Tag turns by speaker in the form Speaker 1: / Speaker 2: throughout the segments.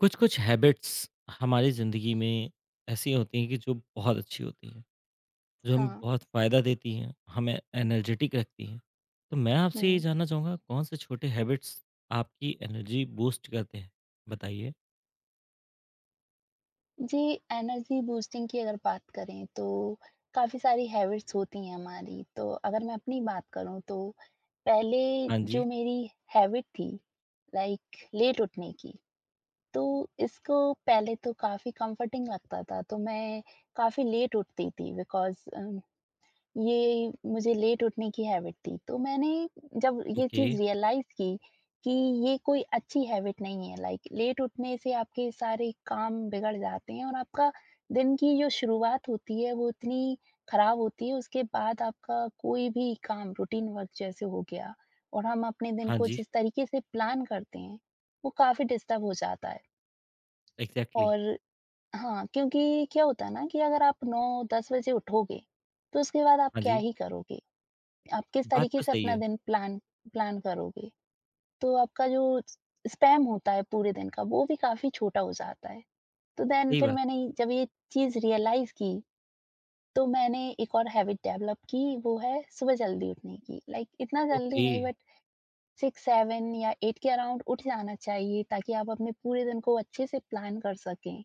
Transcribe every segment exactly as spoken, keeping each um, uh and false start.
Speaker 1: कुछ कुछ हैबिट्स हमारी ज़िंदगी में ऐसी होती हैं कि जो बहुत अच्छी होती हैं, जो हमें
Speaker 2: हाँ,
Speaker 1: बहुत फ़ायदा देती हैं, हमें एनर्जेटिक रखती हैं। तो मैं आपसे ये
Speaker 2: हुँ।
Speaker 1: जानना चाहूँगा, कौन से छोटे हैबिट्स आपकी एनर्जी बूस्ट करते हैं, बताइए।
Speaker 2: जी, एनर्जी बूस्टिंग की अगर बात करें तो काफ़ी सारी हैबिट्स होती हैं हमारी। तो अगर मैं अपनी बात करूँ तो पहले
Speaker 1: हाँ
Speaker 2: जो
Speaker 1: जी।
Speaker 2: मेरी हैबिट थी लाइक लेट उठने की, तो इसको पहले तो काफ़ी कम्फ़र्टिंग लगता था, तो मैं काफ़ी लेट उठती थी बिकॉज़ अ, ये मुझे लेट उठने की हैबिट थी। तो मैंने जब ये
Speaker 1: ओके।
Speaker 2: चीज़ रियलाइज़ की कि ये कोई अच्छी हैबिट नहीं है, लाइक लेट उठने से आपके सारे काम बिगड़ जाते हैं और आपका दिन की जो शुरुआत होती है वो इतनी खराब होती है, उसके बाद आपका कोई भी काम रूटीन वर्क जैसे हो गया। और हम अपने दिन
Speaker 1: हाँ
Speaker 2: को
Speaker 1: जी,
Speaker 2: जिस तरीके से प्लान करते हैं, वो काफ़ी डिस्टर्ब हो जाता है।
Speaker 1: एग्जैक्टली।
Speaker 2: और हाँ, क्योंकि क्या होता है ना कि अगर आप नौ दस बजे उठोगे, तो उसके बाद आप
Speaker 1: हाँ
Speaker 2: क्या
Speaker 1: जी,
Speaker 2: ही करोगे? आप किस
Speaker 1: बात
Speaker 2: तरीके
Speaker 1: तो
Speaker 2: से
Speaker 1: सही
Speaker 2: अपना
Speaker 1: है।
Speaker 2: दिन प्लान प्लान करोगे, तो आपका जो स्पैम होता है पूरे दिन का, वो भी काफ़ी छोटा हो जाता है। तो देन
Speaker 1: सही
Speaker 2: फिर
Speaker 1: बात।
Speaker 2: मैंने जब ये चीज़ रियलाइज़ की, तो मैंने एक और हैबिट डेवलप की, वो है सुबह जल्दी उठने की। लाइक इतना जल्दी
Speaker 1: ओके।
Speaker 2: नहीं, बट सिक्स सेवन या एट के अराउंड उठ जाना चाहिए, ताकि आप अपने पूरे दिन को अच्छे से प्लान कर सकें।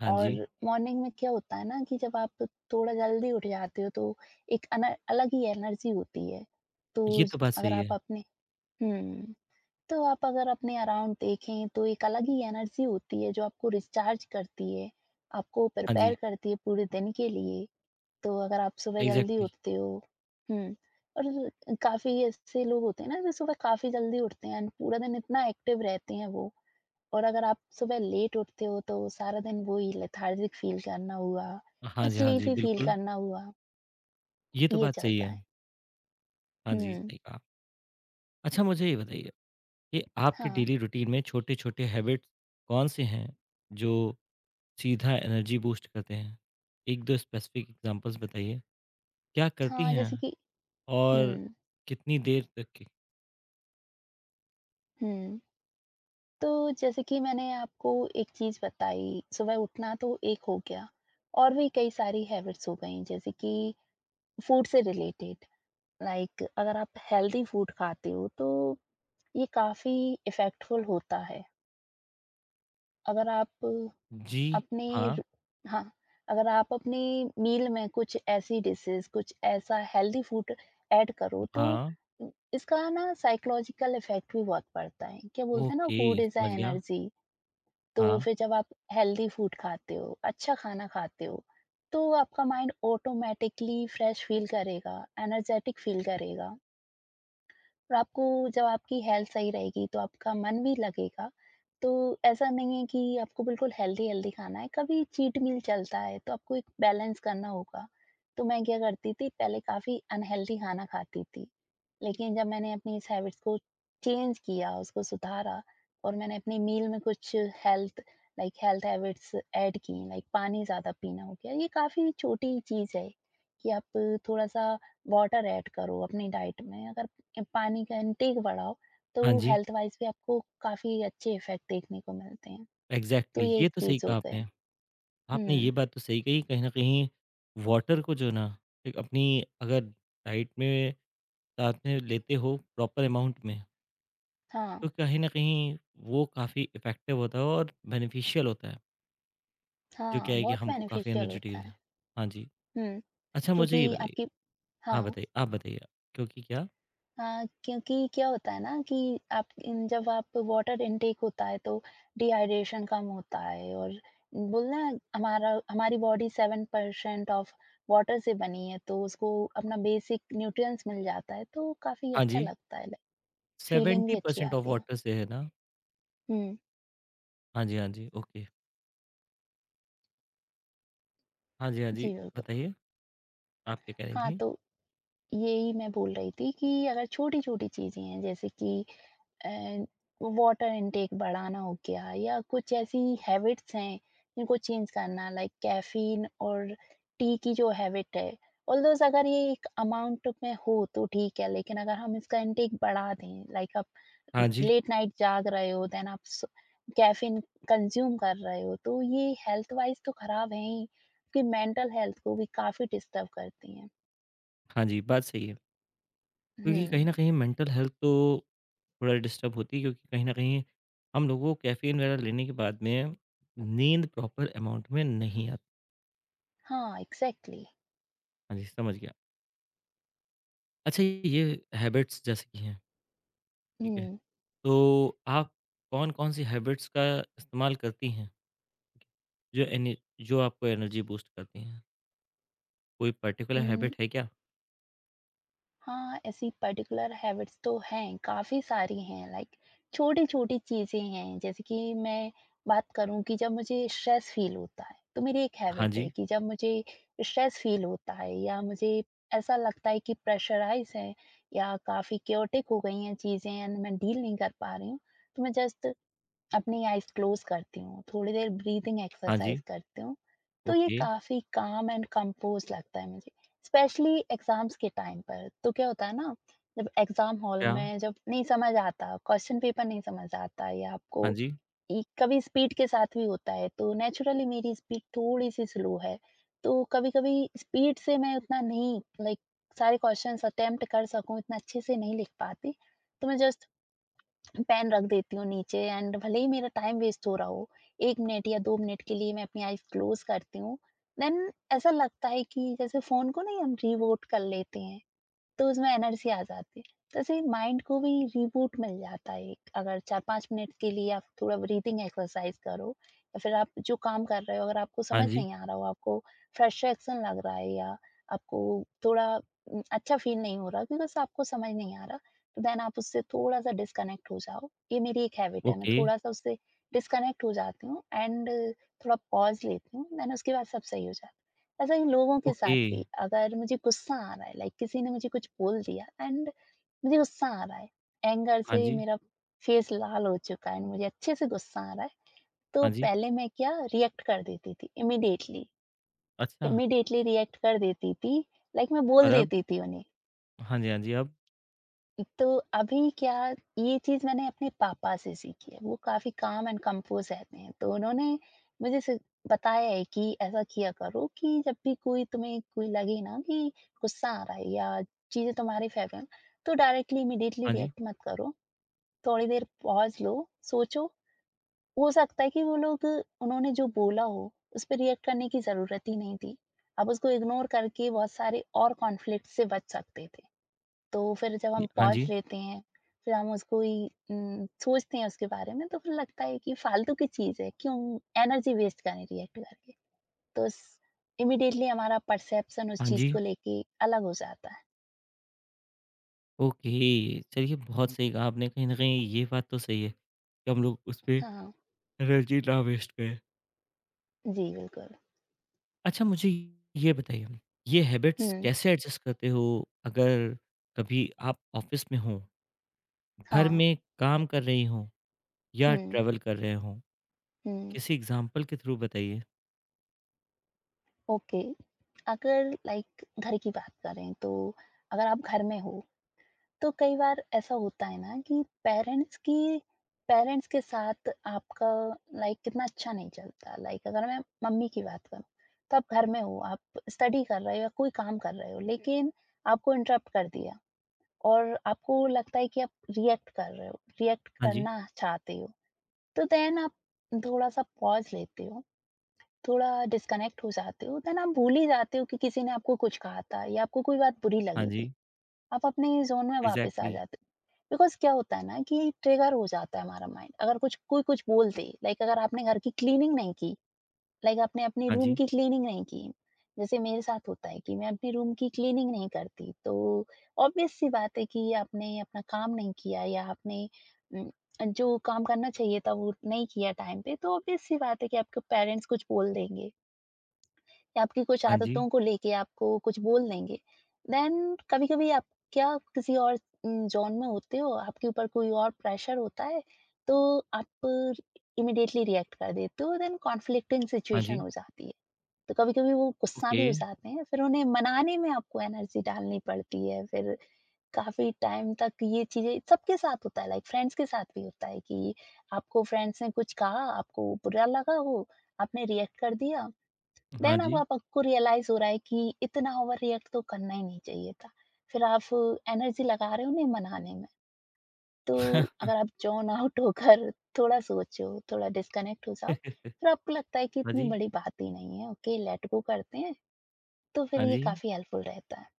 Speaker 1: हाँ जी,
Speaker 2: और मॉर्निंग में क्या होता है ना कि जब आप थोड़ा जल्दी उठ जाते हो, तो एक अन अलग ही एनर्जी होती है। तो
Speaker 1: ये तो बात
Speaker 2: अगर
Speaker 1: सही
Speaker 2: आप
Speaker 1: है।
Speaker 2: अपने हुँ। तो आप अगर अपने अराउंड देखें तो एक अलग ही एनर्जी होती है जो आपको रिचार्ज करती है, आपको
Speaker 1: हाँ
Speaker 2: प्रिपेयर
Speaker 1: जी,
Speaker 2: करती है पूरे दिन के लिए। तो अगर आप सुबह जल्दी
Speaker 1: एग्जैक्टली।
Speaker 2: उठते हो हुँ, और काफ़ी ऐसे लोग होते हैं ना जो सुबह काफ़ी जल्दी उठते हैं एंड पूरा दिन इतना एक्टिव रहते हैं वो। और अगर आप सुबह लेट उठते हो तो सारा दिन वही लेथार्जिक फ़ील करना हुआ,
Speaker 1: हाँ जी, हाँ जी,
Speaker 2: स्लीपी फ़ील
Speaker 1: बिल्कुल।
Speaker 2: करना हुआ,
Speaker 1: ये तो
Speaker 2: ये
Speaker 1: बात सही
Speaker 2: चलता
Speaker 1: है।
Speaker 2: है।
Speaker 1: हाँ जी,
Speaker 2: हुँ,
Speaker 1: सही कहा। अच्छा, मुझे ये बताइए कि आपके
Speaker 2: हाँ,
Speaker 1: डेली रूटीन में छोटे-छोटे हैबिट्स कौन से हैं, जो सीधा एनर्जी बूस्ट करते हैं? एक दो स्पेसिफिक एग्ज़ाम्पल्स बताइए। क्या करती
Speaker 2: हाँ,
Speaker 1: हैं
Speaker 2: जैसे कि
Speaker 1: और
Speaker 2: हुँ,
Speaker 1: कितनी देर तक की?
Speaker 2: हुँ। तो जैसे कि मैंने आपको एक चीज़ बताई, सुबह उठना तो एक हो गया, और भी कई सारी हैबिट्स हो गई जैसे कि फूड से रिलेटेड, लाइक अगर आप हेल्दी फूड खाते हो तो ये काफ़ी इफ़ेक्टफुल होता है। अगर आप
Speaker 1: जी,
Speaker 2: अपने
Speaker 1: हाँ,
Speaker 2: र हाँ, अगर आप अपने मील में कुछ ऐसी डिशेज़, कुछ ऐसा हेल्दी फूड ऐड करो, तो
Speaker 1: हाँ,
Speaker 2: इसका ना साइकोलॉजिकल इफ़ेक्ट भी बहुत पड़ता है। क्या बोलते हैं ना,
Speaker 1: ओके,
Speaker 2: फूड इज़ अ
Speaker 1: समझ गया।
Speaker 2: एनर्जी। तो
Speaker 1: हाँ,
Speaker 2: फिर जब आप हेल्दी फूड खाते हो, अच्छा खाना खाते हो, तो आपका माइंड ऑटोमैटिकली फ्रेश फील करेगा, एनर्जेटिक फील करेगा, और आपको जब आपकी हेल्थ सही रहेगी तो आपका मन भी लगेगा। तो ऐसा नहीं है कि आपको बिल्कुल हेल्दी-हेल्दी खाना है, कभी चीट मील चलता है, तो आपको एक बैलेंस करना होगा। तो मैं क्या करती थी पहले, काफ़ी अनहेल्दी खाना खाती थी, लेकिन जब मैंने अपनी इस हैबिट्स को चेंज किया, उसको सुधारा, और मैंने अपनी मील में कुछ health like health habits add की, लाइक पानी ज़्यादा पीना हो गया, ये काफ़ी छोटी चीज़ है कि आप थोड़ा-सा वाटर ऐड करो अपनी डाइट में। अगर पानी का इनटेक बढ़ाओ,
Speaker 1: हाँ
Speaker 2: तो
Speaker 1: जी,
Speaker 2: हेल्थ वाइज़ भी आपको काफ़ी अच्छे इफ़ेक्ट देखने को मिलते हैं। तो
Speaker 1: एग्ज़ैक्टली,
Speaker 2: ये
Speaker 1: ये
Speaker 2: एक
Speaker 1: तो सही
Speaker 2: चीज़ हो
Speaker 1: कहा
Speaker 2: गई।
Speaker 1: आपने। आपने
Speaker 2: हुँ,
Speaker 1: ये बात तो सही कही, कहीं न कहीं वाटर को जो ना, एक अपनी अगर डाइट में साथ में लेते हो प्रॉपर अमाउंट में,
Speaker 2: हाँ,
Speaker 1: तो कहीं न कहीं वो काफ़ी इफ़ेक्टिव होता है और बेनिफिशियल होता है, जो
Speaker 2: हाँ,
Speaker 1: क्या है कि
Speaker 2: बहुत
Speaker 1: हमको काफ़ी
Speaker 2: बेनिफिशियल होता
Speaker 1: एनर्जेटिक
Speaker 2: है।
Speaker 1: रह हाँ जी।
Speaker 2: हुँ,
Speaker 1: अच्छा, मुझे ये
Speaker 2: क्योंकि
Speaker 1: बताइए।
Speaker 2: आपकी
Speaker 1: हाँ,
Speaker 2: हाँ,
Speaker 1: बताइए, आप बताइए। क्योंकि क्या,
Speaker 2: हाँ, क्योंकि क्या होता है ना कि आप इन जब आप वाटर इनटेक होता है तो डिहाइड्रेशन कम होता है, और बोलना हमारा हमारी body seven percent of water से बनी है, तो उसको अपना बेसिक न्यूट्रिएंट्स मिल जाता है, तो काफ़ी
Speaker 1: हाँ
Speaker 2: अच्छा
Speaker 1: जी,
Speaker 2: लगता है, लाइक फीलिंग भी अच्छी
Speaker 1: सत्तर परसेंट ऑफ
Speaker 2: आती है।
Speaker 1: वाटर से है ना?
Speaker 2: हुँ।
Speaker 1: हाँ जी, हाँ जी, ओके। हाँ जी, हाँ जी,
Speaker 2: जी, बिल्कुल।
Speaker 1: बताइए, आप क्या कह रही
Speaker 2: हाँ,
Speaker 1: थी?
Speaker 2: तो यही मैं बोल रही थी कि अगर छोटी-छोटी चीज़ें हैं जैसे कि अ, वाटर इनटेक बढ़ाना हो गया, या कुछ ऐसी हैबिट्स हैं जिनको चेंज करना, लाइक कैफ़ीन और टी की जो हैबिट है, ऑल्दोज़ अगर ये एक अमाउंट में हो तो ठीक है, लेकिन अगर हम इसका इनटेक बढ़ा दें, लाइक आप
Speaker 1: हाँ जी,
Speaker 2: लेट नाइट जाग रहे हो, देन आप स कैफ़ीन कंज़्यूम कर रहे हो, तो ये हेल्थ वाइज़ तो खराब है ही, आपकी मेंटल हेल्थ को भी काफ़ी डिस्टर्ब करती हैं।
Speaker 1: हाँ जी, बात सही है। क्योंकि कहीं
Speaker 2: हुँ।
Speaker 1: न कहीं मेंटल हेल्थ तो थोड़ा डिस्टर्ब होती है, क्योंकि कहीं न कहीं हम लोगों को कैफ़ीन वगैरह लेने के बाद में नींद प्रॉपर अमाउंट में नहीं आती।
Speaker 2: हाँ, एग्ज़ैक्टली।
Speaker 1: हाँ जी, समझ गया। अच्छा, ये हैबिट्स जैसे कि हैं, ठीक है?
Speaker 2: हुँ।
Speaker 1: तो आप कौन-कौन सी हैबिट्स का इस्तेमाल करती हैं? जो एने जो आपको एनर्जी बूस्ट करती हैं? कोई पर्टिकुलर
Speaker 2: हुँ।
Speaker 1: हैबिट है क्या?
Speaker 2: हाँ, ऐसी पर्टिकुलर हैबिट्स तो हैं, काफ़ी सारी हैं लाइक छोटी-छोटी चीज़ें हैं, जैसे कि मैं बात करूँ कि जब मुझे स्ट्रेस फ़ील होता है, तो मेरी एक
Speaker 1: हाँ
Speaker 2: हैबिट है
Speaker 1: जी,
Speaker 2: कि जब मुझे स्ट्रेस फ़ील होता है, या मुझे ऐसा लगता है कि प्रेशराइज़ है, या काफ़ी केओटिक हो गई हैं चीज़ें एंड मैं डील नहीं कर पा रही हूँ, तो मैं जस्ट अपनी आईज़ क्लोज़ करती हूँ, थोड़ी देर ब्रीथिंग
Speaker 1: हाँ
Speaker 2: एक्सरसाइज़
Speaker 1: जी,
Speaker 2: करती हूँ, तो ये
Speaker 1: ओके,
Speaker 2: काफ़ी काम एंड कंपोज़ लगता है मुझे, स्पेशली एग्ज़ाम्स के टाइम पर। तो क्या होता है ना, जब एग्ज़ाम हॉल
Speaker 1: क्या?
Speaker 2: में जब नहीं समझ आता, क्वेश्चन पेपर नहीं समझ आता, या आपको
Speaker 1: हाँ जी,
Speaker 2: इ कभी स्पीड के साथ भी होता है, तो नेचुरली मेरी स्पीड थोड़ी-सी स्लो है, तो कभी-कभी स्पीड से मैं उतना नहीं, लाइक सारे क्वेश्चन्स अटेम्प्ट कर सकूँ, इतना अच्छे से नहीं लिख पाती, तो मैं जस्ट पेन रख देती हूँ नीचे, एंड भले ही मेरा टाइम वेस्ट हो रहा हो एक मिनट या दो मिनट के लिए मैं अपनी आइज़ क्लोज़ करती हूँ। देन ऐसा लगता है कि जैसे फ़ोन को नहीं, हम रिवोट कर लेते हैं तो उसमें एनर्जी आ जाती है। तो ऐसे माइंड को भी रिबूट मिल जाता है, एक अगर चार पांच मिनट के लिए आप थोड़ा ब्रीथिंग एक्सरसाइज करो, या फिर आप जो काम कर रहे हो अगर आपको
Speaker 1: हाँ
Speaker 2: समझ
Speaker 1: जी,
Speaker 2: नहीं आ रहा हो, आपको फ्रस्ट्रेशन लग रहा है, या आपको थोड़ा उम, अच्छा फील नहीं हो रहा बिकॉज़ आपको समझ नहीं आ रहा, तो देन आप उससे थोड़ा-सा डिस्कनेक्ट हो जाओ। ये मेरी एक हैबिट है, मैं
Speaker 1: ओके,
Speaker 2: थोड़ा-सा उससे डिस्कनेक्ट हो जाती हूँ एंड थोड़ा पॉज़ लेती हूँ, देन उसके बाद सब सही हो जाता है। ऐसा इन लोगों के साथ
Speaker 1: ओके,
Speaker 2: भी, अगर मुझे गुस्सा आ रहा है, लाइक किसी ने मुझे कुछ बोल दिया एंड मुझे गुस्सा आ रहा है, एंगर
Speaker 1: हाँ
Speaker 2: से
Speaker 1: जी,
Speaker 2: मेरा फेस लाल हो चुका है एंड मुझे अच्छे से गुस्सा आ रहा है, तो
Speaker 1: हाँ जी,
Speaker 2: पहले मैं क्या रिएक्ट कर देती थी इमिडिएटली।
Speaker 1: अच्छा,
Speaker 2: इमिडिएटली रिएक्ट कर देती थी, लाइक मैं
Speaker 1: और
Speaker 2: बोल
Speaker 1: अब?
Speaker 2: देती थी उन्हें।
Speaker 1: हाँ जी, हाँ जी, अब?
Speaker 2: तो अभी क्या, ये चीज़ मैंने अपने पापा से सीखी है। वो काफ़ी काम एंड कंपोज़ रहते हैं, तो उन्होंने मुझे सिर्फ़ बताया है कि ऐसा किया करो कि जब भी कोई तुम्हें कोई लगे ना कि गुस्सा आ रहा है, या चीज़ें तुम्हारे फ़ेवर में, तो डायरेक्टली इमीडिएटली
Speaker 1: हाँ जी,
Speaker 2: रिएक्ट मत करो। थोड़ी देर पॉज़ लो, सोचो, हो सकता है कि वो लोग उन्होंने जो बोला हो, उस पे रिएक्ट करने की ज़रूरत ही नहीं थी। आप उसको इग्नोर करके बहुत सारे और कॉन्फ्लिक्ट से बच सकते थे। तो फिर जब हम
Speaker 1: य हाँ
Speaker 2: पॉज़
Speaker 1: जी,
Speaker 2: लेते हैं, फिर हम उसको ही उम, सोचते हैं उसके बारे में, तो फिर लगता है कि फालतू की चीज़ है, क्यों एनर्जी वेस्ट करें रिएक्ट करके। तो स इमीडिएटली हमारा परसेप्शन उस
Speaker 1: हाँ
Speaker 2: चीज़
Speaker 1: जी,
Speaker 2: को लेके अलग हो जाता है।
Speaker 1: ओके। चलिए, बहुत सही कहा आपने, कहीं न कहीं ये बात तो सही है कि हम लोग उसपे
Speaker 2: हाँ,
Speaker 1: एनर्जी ना वेस्ट करें।
Speaker 2: जी बिल्कुल।
Speaker 1: अच्छा, मुझे ये बताइए, ये हैबिट्स
Speaker 2: हुँ,
Speaker 1: कैसे एडजस्ट करते हो, अगर कभी आप ऑफ़िस में हो, घर
Speaker 2: हाँ।
Speaker 1: में काम कर रही हो या
Speaker 2: हुँ,
Speaker 1: ट्रैवल कर रहे हो?
Speaker 2: हुँ,
Speaker 1: किसी एग्ज़ाम्पल के थ्रू बताइए?
Speaker 2: ओके। अगर लाइक घर की बात करें, तो अगर आप घर में हो तो कई बार ऐसा होता है ना कि पेरेंट्स की पेरेंट्स के साथ आपका, लाइक कितना अच्छा नहीं चलता, लाइक अगर मैं मम्मी की बात करूं, तो आप घर में हो, आप स्टडी कर रहे हो या कोई काम कर रहे हो, लेकिन आपको इंटरप्ट कर दिया, और आपको लगता है कि आप रिएक्ट कर रहे हो, रिएक्ट
Speaker 1: हाँ जी,
Speaker 2: करना चाहते हो, तो देन आप थोड़ा सा पॉज लेते हो, थोड़ा डिस्कनेक्ट हो जाते हो, देन आप भूल ही जाते हो कि किसी ने आपको कुछ कहा था या आपको कोई बात बुरी
Speaker 1: हाँ
Speaker 2: लगी थी,
Speaker 1: जी,
Speaker 2: आप अपने ज़ोन में वापस आ
Speaker 1: एग्ज़ैक्टली।
Speaker 2: जाते हो। बिकॉज़ क्या होता है ना कि ट्रिगर हो जाता है हमारा माइंड, अगर कुछ कोई कुछ बोल दे, लाइक अगर आपने घर की क्लीनिंग नहीं की, लाइक आपने अपने
Speaker 1: हाँ
Speaker 2: रूम
Speaker 1: जी,
Speaker 2: की क्लीनिंग नहीं की, जैसे मेरे साथ होता है कि मैं अपने रूम की क्लीनिंग नहीं करती, तो ऑब्वियस सी बात है कि आपने अपना काम नहीं किया, या आपने उम, जो काम करना चाहिए था, वो नहीं किया टाइम पे, तो ऑब्वियस सी बात है कि आपके पेरेंट्स कुछ बोल देंगे। या आपकी कुछ
Speaker 1: हाँ जी,
Speaker 2: आदतों को लेके आपको कुछ बोल देंगे। देन कभी-कभी आप क्या किसी और उम, जॉन में होते हो, आपके ऊपर कोई और प्रेशर होता है, तो आप इमीडिएटली रिएक्ट कर देते हो, देन कॉन्फ्लिक्टिंग
Speaker 1: हाँ
Speaker 2: सिचुएशन
Speaker 1: जी,
Speaker 2: हो जाती है। तो कभी-कभी वो गुस्सा
Speaker 1: ओके,
Speaker 2: भी हो जाते हैं, फिर उन्हें मनाने में आपको एनर्जी डालनी पड़ती है, फिर काफ़ी टाइम तक ये चीज़ें सबके साथ होता है, लाइक फ्रेंड्स के साथ भी होता है कि आपको फ्रेंड्स ने कुछ कहा, आपको बुरा लगा हो, आपने रिएक्ट कर दिया,
Speaker 1: हाँ
Speaker 2: देन अब
Speaker 1: जी।
Speaker 2: आप आपको रियलाइज हो रहा है कि इतना ओवर रिएक्ट तो करना ही नहीं चाहिए था। फिर आप एनर्जी लगा रहे हो उन्हें मनाने में। तो अगर आप ज़ोन आउट होकर थोड़ा सोचो, थोड़ा डिस्कनेक्ट हो जाओ, फिर आपको लगता है कि
Speaker 1: हाँ
Speaker 2: इतनी
Speaker 1: जी,
Speaker 2: बड़ी बात ही नहीं है, ओके लेट गो करते हैं, तो फिर
Speaker 1: हाँ
Speaker 2: ये
Speaker 1: जी,
Speaker 2: काफ़ी हेल्पफुल रहता है।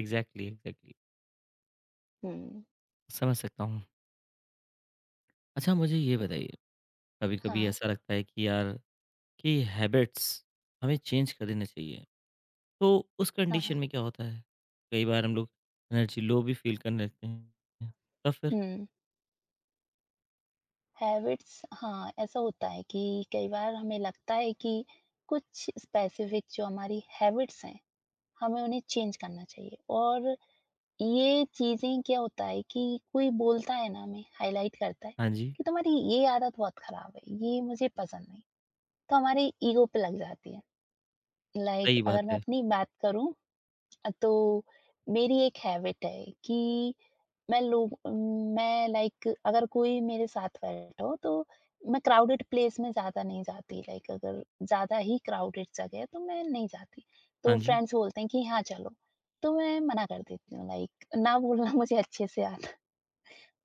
Speaker 1: एग्ज़ैक्टली, एग्ज़ैक्टली,
Speaker 2: हुँ।
Speaker 1: समझ सकता हूँ। अच्छा, मुझे ये बताइए, कभी-कभी
Speaker 2: हाँ,
Speaker 1: ऐसा लगता है कि यार कि हैबिट्स हमें चेंज कर देने चाहिए। तो उस
Speaker 2: हाँ।
Speaker 1: कंडीशन में क्या होता है, कई बार हम लोग एनर्जी लो भी फ़ील करने लगते हैं। तब फिर
Speaker 2: हुँ, हैबिट्स हाँ, ऐसा होता है कि कई बार हमें लगता है कि कुछ स्पेसिफ़िक जो हमारी हैबिट्स हैं, हमें उन्हें चेंज करना चाहिए। और ये चीज़ें क्या होता है कि कोई बोलता है ना हमें, हाइलाइट करता है
Speaker 1: हाँ जी,
Speaker 2: कि तुम्हारी ये आदत बहुत ख़राब है, ये मुझे पसंद नहीं। तो हमारे ईगो पे लग जाती है। लाइक
Speaker 1: सही
Speaker 2: अगर
Speaker 1: बात
Speaker 2: मैं
Speaker 1: है।
Speaker 2: अपनी बात करूँ, अ, तो मेरी एक हैबिट है कि मैं लोग मैं लाइक अगर कोई मेरे साथ बैठा हो तो मैं क्राउडेड प्लेस में ज़्यादा नहीं जाती। लाइक अगर ज़्यादा ही क्राउडेड जगह है तो मैं नहीं जाती।
Speaker 1: हाँ
Speaker 2: तो
Speaker 1: जी,
Speaker 2: फ्रेंड्स बोलते हैं कि हाँ, चलो, तो मैं मना कर देती हूँ। लाइक ना बोलना मुझे अच्छे से आता है।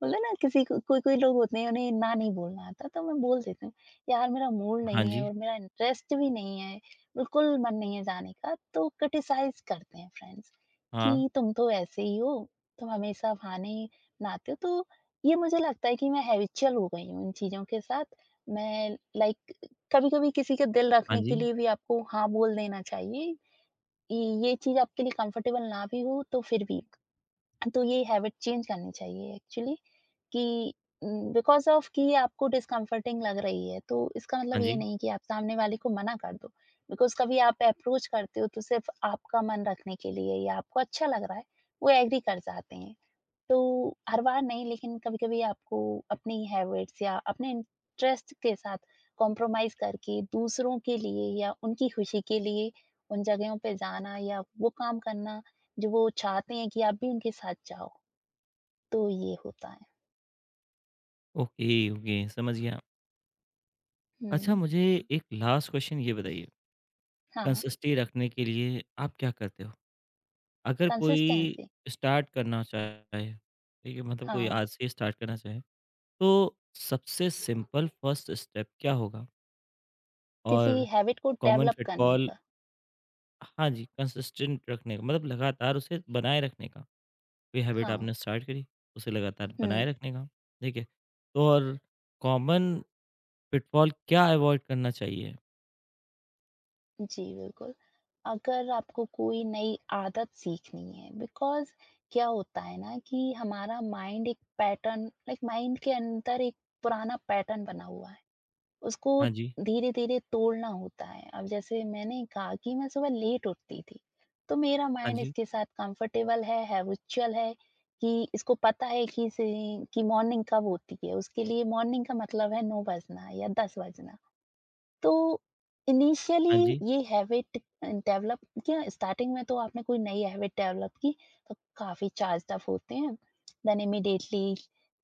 Speaker 2: बोला ना किसी को, कोई कोई लोग होते हैं उन्हें ना नहीं बोलना आता, तो मैं बोल देती हूँ यार मेरा मूड
Speaker 1: हाँ
Speaker 2: नहीं है
Speaker 1: जी,
Speaker 2: और मेरा इंटरेस्ट भी नहीं है, बिल्कुल मन नहीं है जाने का। तो क्रिटिसाइज करते हैं फ्रेंड्स
Speaker 1: हाँ,
Speaker 2: कि तुम तो ऐसे ही हो, तुम हमेशा बहाने ही बनाते हो। तो ये मुझे लगता है कि मैं हैबिचुअल हो गई हूँ इन चीजों के साथ। मैं लाइक कभी कभी किसी का दिल
Speaker 1: हाँ
Speaker 2: रखने के
Speaker 1: जी,
Speaker 2: लिए भी आपको हाँ बोल देना चाहिए। ये ये चीज आपके लिए कंफर्टेबल ना भी हो तो फिर भी, तो ये हैबिट चेंज करनी चाहिए एक्चुअली कि बिकॉज़ ऑफ कि ये आपको डिस्कम्फर्टिंग लग रही है, तो इसका मतलब
Speaker 1: हाँ
Speaker 2: ये
Speaker 1: जी।
Speaker 2: नहीं कि आप सामने वाले को मना कर दो। बिकॉज़ कभी आप अप्रोच करते हो तो सिर्फ़ आपका मन रखने के लिए या आपको अच्छा लग रहा है, वो एग्री कर जाते हैं। तो हर बार नहीं लेकिन कभी-कभी आपको अपनी हैबिट्स या अपने इंटरेस्ट के साथ कॉम्प्रोमाइज़ करके दूसरों के लिए या उनकी खुशी के लिए उन जगहों पे जाना या वो काम करना जो वो चाहते हैं कि आप भी उनके साथ जाओ। तो ये होता है।
Speaker 1: ओके, ओके, समझ गया। अच्छा,
Speaker 2: हुँ,
Speaker 1: मुझे एक लास्ट क्वेश्चन ये बताइए,
Speaker 2: हाँ।
Speaker 1: कंसिस्टेंसी रखने के लिए आप क्या करते हो? अगर कोई
Speaker 2: कंसिस्टेंसी
Speaker 1: स्टार्ट करना चाहे, ठीक है? मतलब कोई
Speaker 2: हाँ,
Speaker 1: आज से स्टार्ट करना चाहे, तो सबसे सिंपल फर्स्ट स्टेप क्या होगा?
Speaker 2: किसी
Speaker 1: और
Speaker 2: हैबिट को
Speaker 1: कॉमन
Speaker 2: डेवलप
Speaker 1: फिट
Speaker 2: करने
Speaker 1: कॉल,
Speaker 2: का।
Speaker 1: हाँ जी, कंसिस्टेंट रखने का मतलब लगातार उसे बनाए रखने का। कोई हैबिट
Speaker 2: हाँ,
Speaker 1: आपने स्टार्ट करी, उसे लगातार बनाए
Speaker 2: हुँ,
Speaker 1: रखने का, ठीक है। तो और कॉमन पिटफॉल क्या अवॉइड करना चाहिए?
Speaker 2: जी, बिल्कुल। अगर आपको कोई नई आदत सीखनी है बिकॉज़ क्या होता है ना कि हमारा माइंड एक पैटर्न, लाइक माइंड के अंदर एक पुराना पैटर्न बना हुआ है। उसको
Speaker 1: हाँ जी,
Speaker 2: धीरे-धीरे तोड़ना होता है। अब जैसे मैंने कहा कि मैं सुबह लेट उठती थी, तो मेरा
Speaker 1: हाँ
Speaker 2: माइंड
Speaker 1: जी,
Speaker 2: इसके साथ कंफर्टेबल है, हैबिचुअल है कि इसको पता है कि इसे कि मॉर्निंग कब होती है। उसके लिए मॉर्निंग का मतलब है नौ बजना या दस बजना। तो
Speaker 1: हाँ
Speaker 2: इनिशियली
Speaker 1: जी,
Speaker 2: ये हैबिट डेवलप क्या स्टार्टिंग में तो आपने कोई नई हैबिट डेवलप की तो काफ़ी चार्ज्ड अप होते हैं। देन इमीडिएटली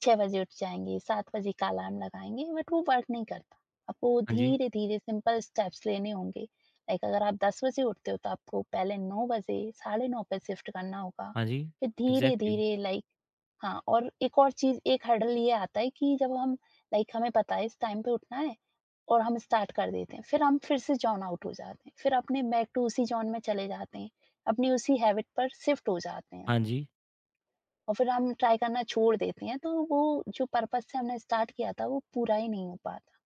Speaker 2: छह बजे उठ जाएँगे, सात बजे का अलार्म लगाएँगे, बट वो वर्क नहीं करता। आपको
Speaker 1: हाँ जी,
Speaker 2: धीरे-धीरे सिंपल स्टेप्स लेने होंगे। लाइक अगर आप दस बजे उठते हो तो आपको पहले नौ बजे, साढ़े नौ पे शिफ्ट करना होगा।
Speaker 1: हाँ जी,
Speaker 2: फिर
Speaker 1: एग्ज़ैक्टली।
Speaker 2: धीरे-धीरे लाइक हाँ, और एक और चीज़, एक हर्डल ये आता है कि जब हम लाइक हमें पता है इस टाइम पे उठना है और हम स्टार्ट कर देते हैं, फिर हम फिर से जॉन आउट हो जाते हैं, फिर अपने बैक टू उसी जॉन में चले जाते हैं, अपनी उसी हैबिट पर शिफ्ट हो जाते हैं
Speaker 1: हाँ जी,
Speaker 2: और फिर हम ट्राई करना छोड़ देते हैं। तो वो जो पर्पस से हमने स्टार्ट किया था वो पूरा ही नहीं हो पाता,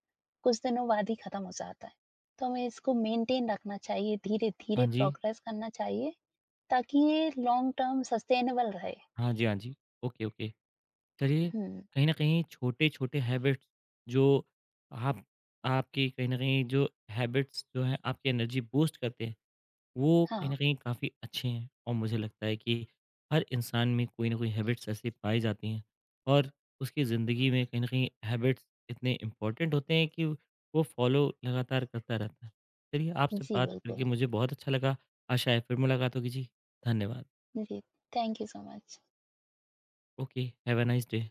Speaker 2: कुछ दिनों बाद ही खत्म हो जाता है। तो हमें इसको मेंटेन रखना चाहिए, धीरे
Speaker 1: हाँ
Speaker 2: धीरे
Speaker 1: जी,
Speaker 2: प्रोग्रेस करना चाहिए ताकि ये लॉन्ग टर्म सस्टेनेबल रहे।
Speaker 1: हाँ जी, हाँ जी। Okay, okay. चलिए,
Speaker 2: हम्म।
Speaker 1: कहीं न कहीं छोटे-छोटे हैबिट्स जो आप आपकी, कहीं न कहीं जो हैबिट्स जो हैं आपकी एनर्जी बूस्ट करते हैं, वो कहीं
Speaker 2: हाँ
Speaker 1: न कहीं काफ़ी अच्छे हैं, और मुझे लगता है कि हर इंसान में कोई न कोई हैबिट्स ऐसी पाई जाती हैं, और उसकी ज़िंदगी में कहीं न कहीं हैबिट्स इतने इम्पोर्टेंट होते हैं कि वो फॉलो लगातार करता रहता है। चलिए, आपसे
Speaker 2: जी,
Speaker 1: बात करके
Speaker 2: बिल्कुल
Speaker 1: मुझे बहुत अच्छा लगा। आशा है फिर मुलाकात होगी जी। धन्यवाद।
Speaker 2: जी। Thank you so much.
Speaker 1: Okay, have a nice day.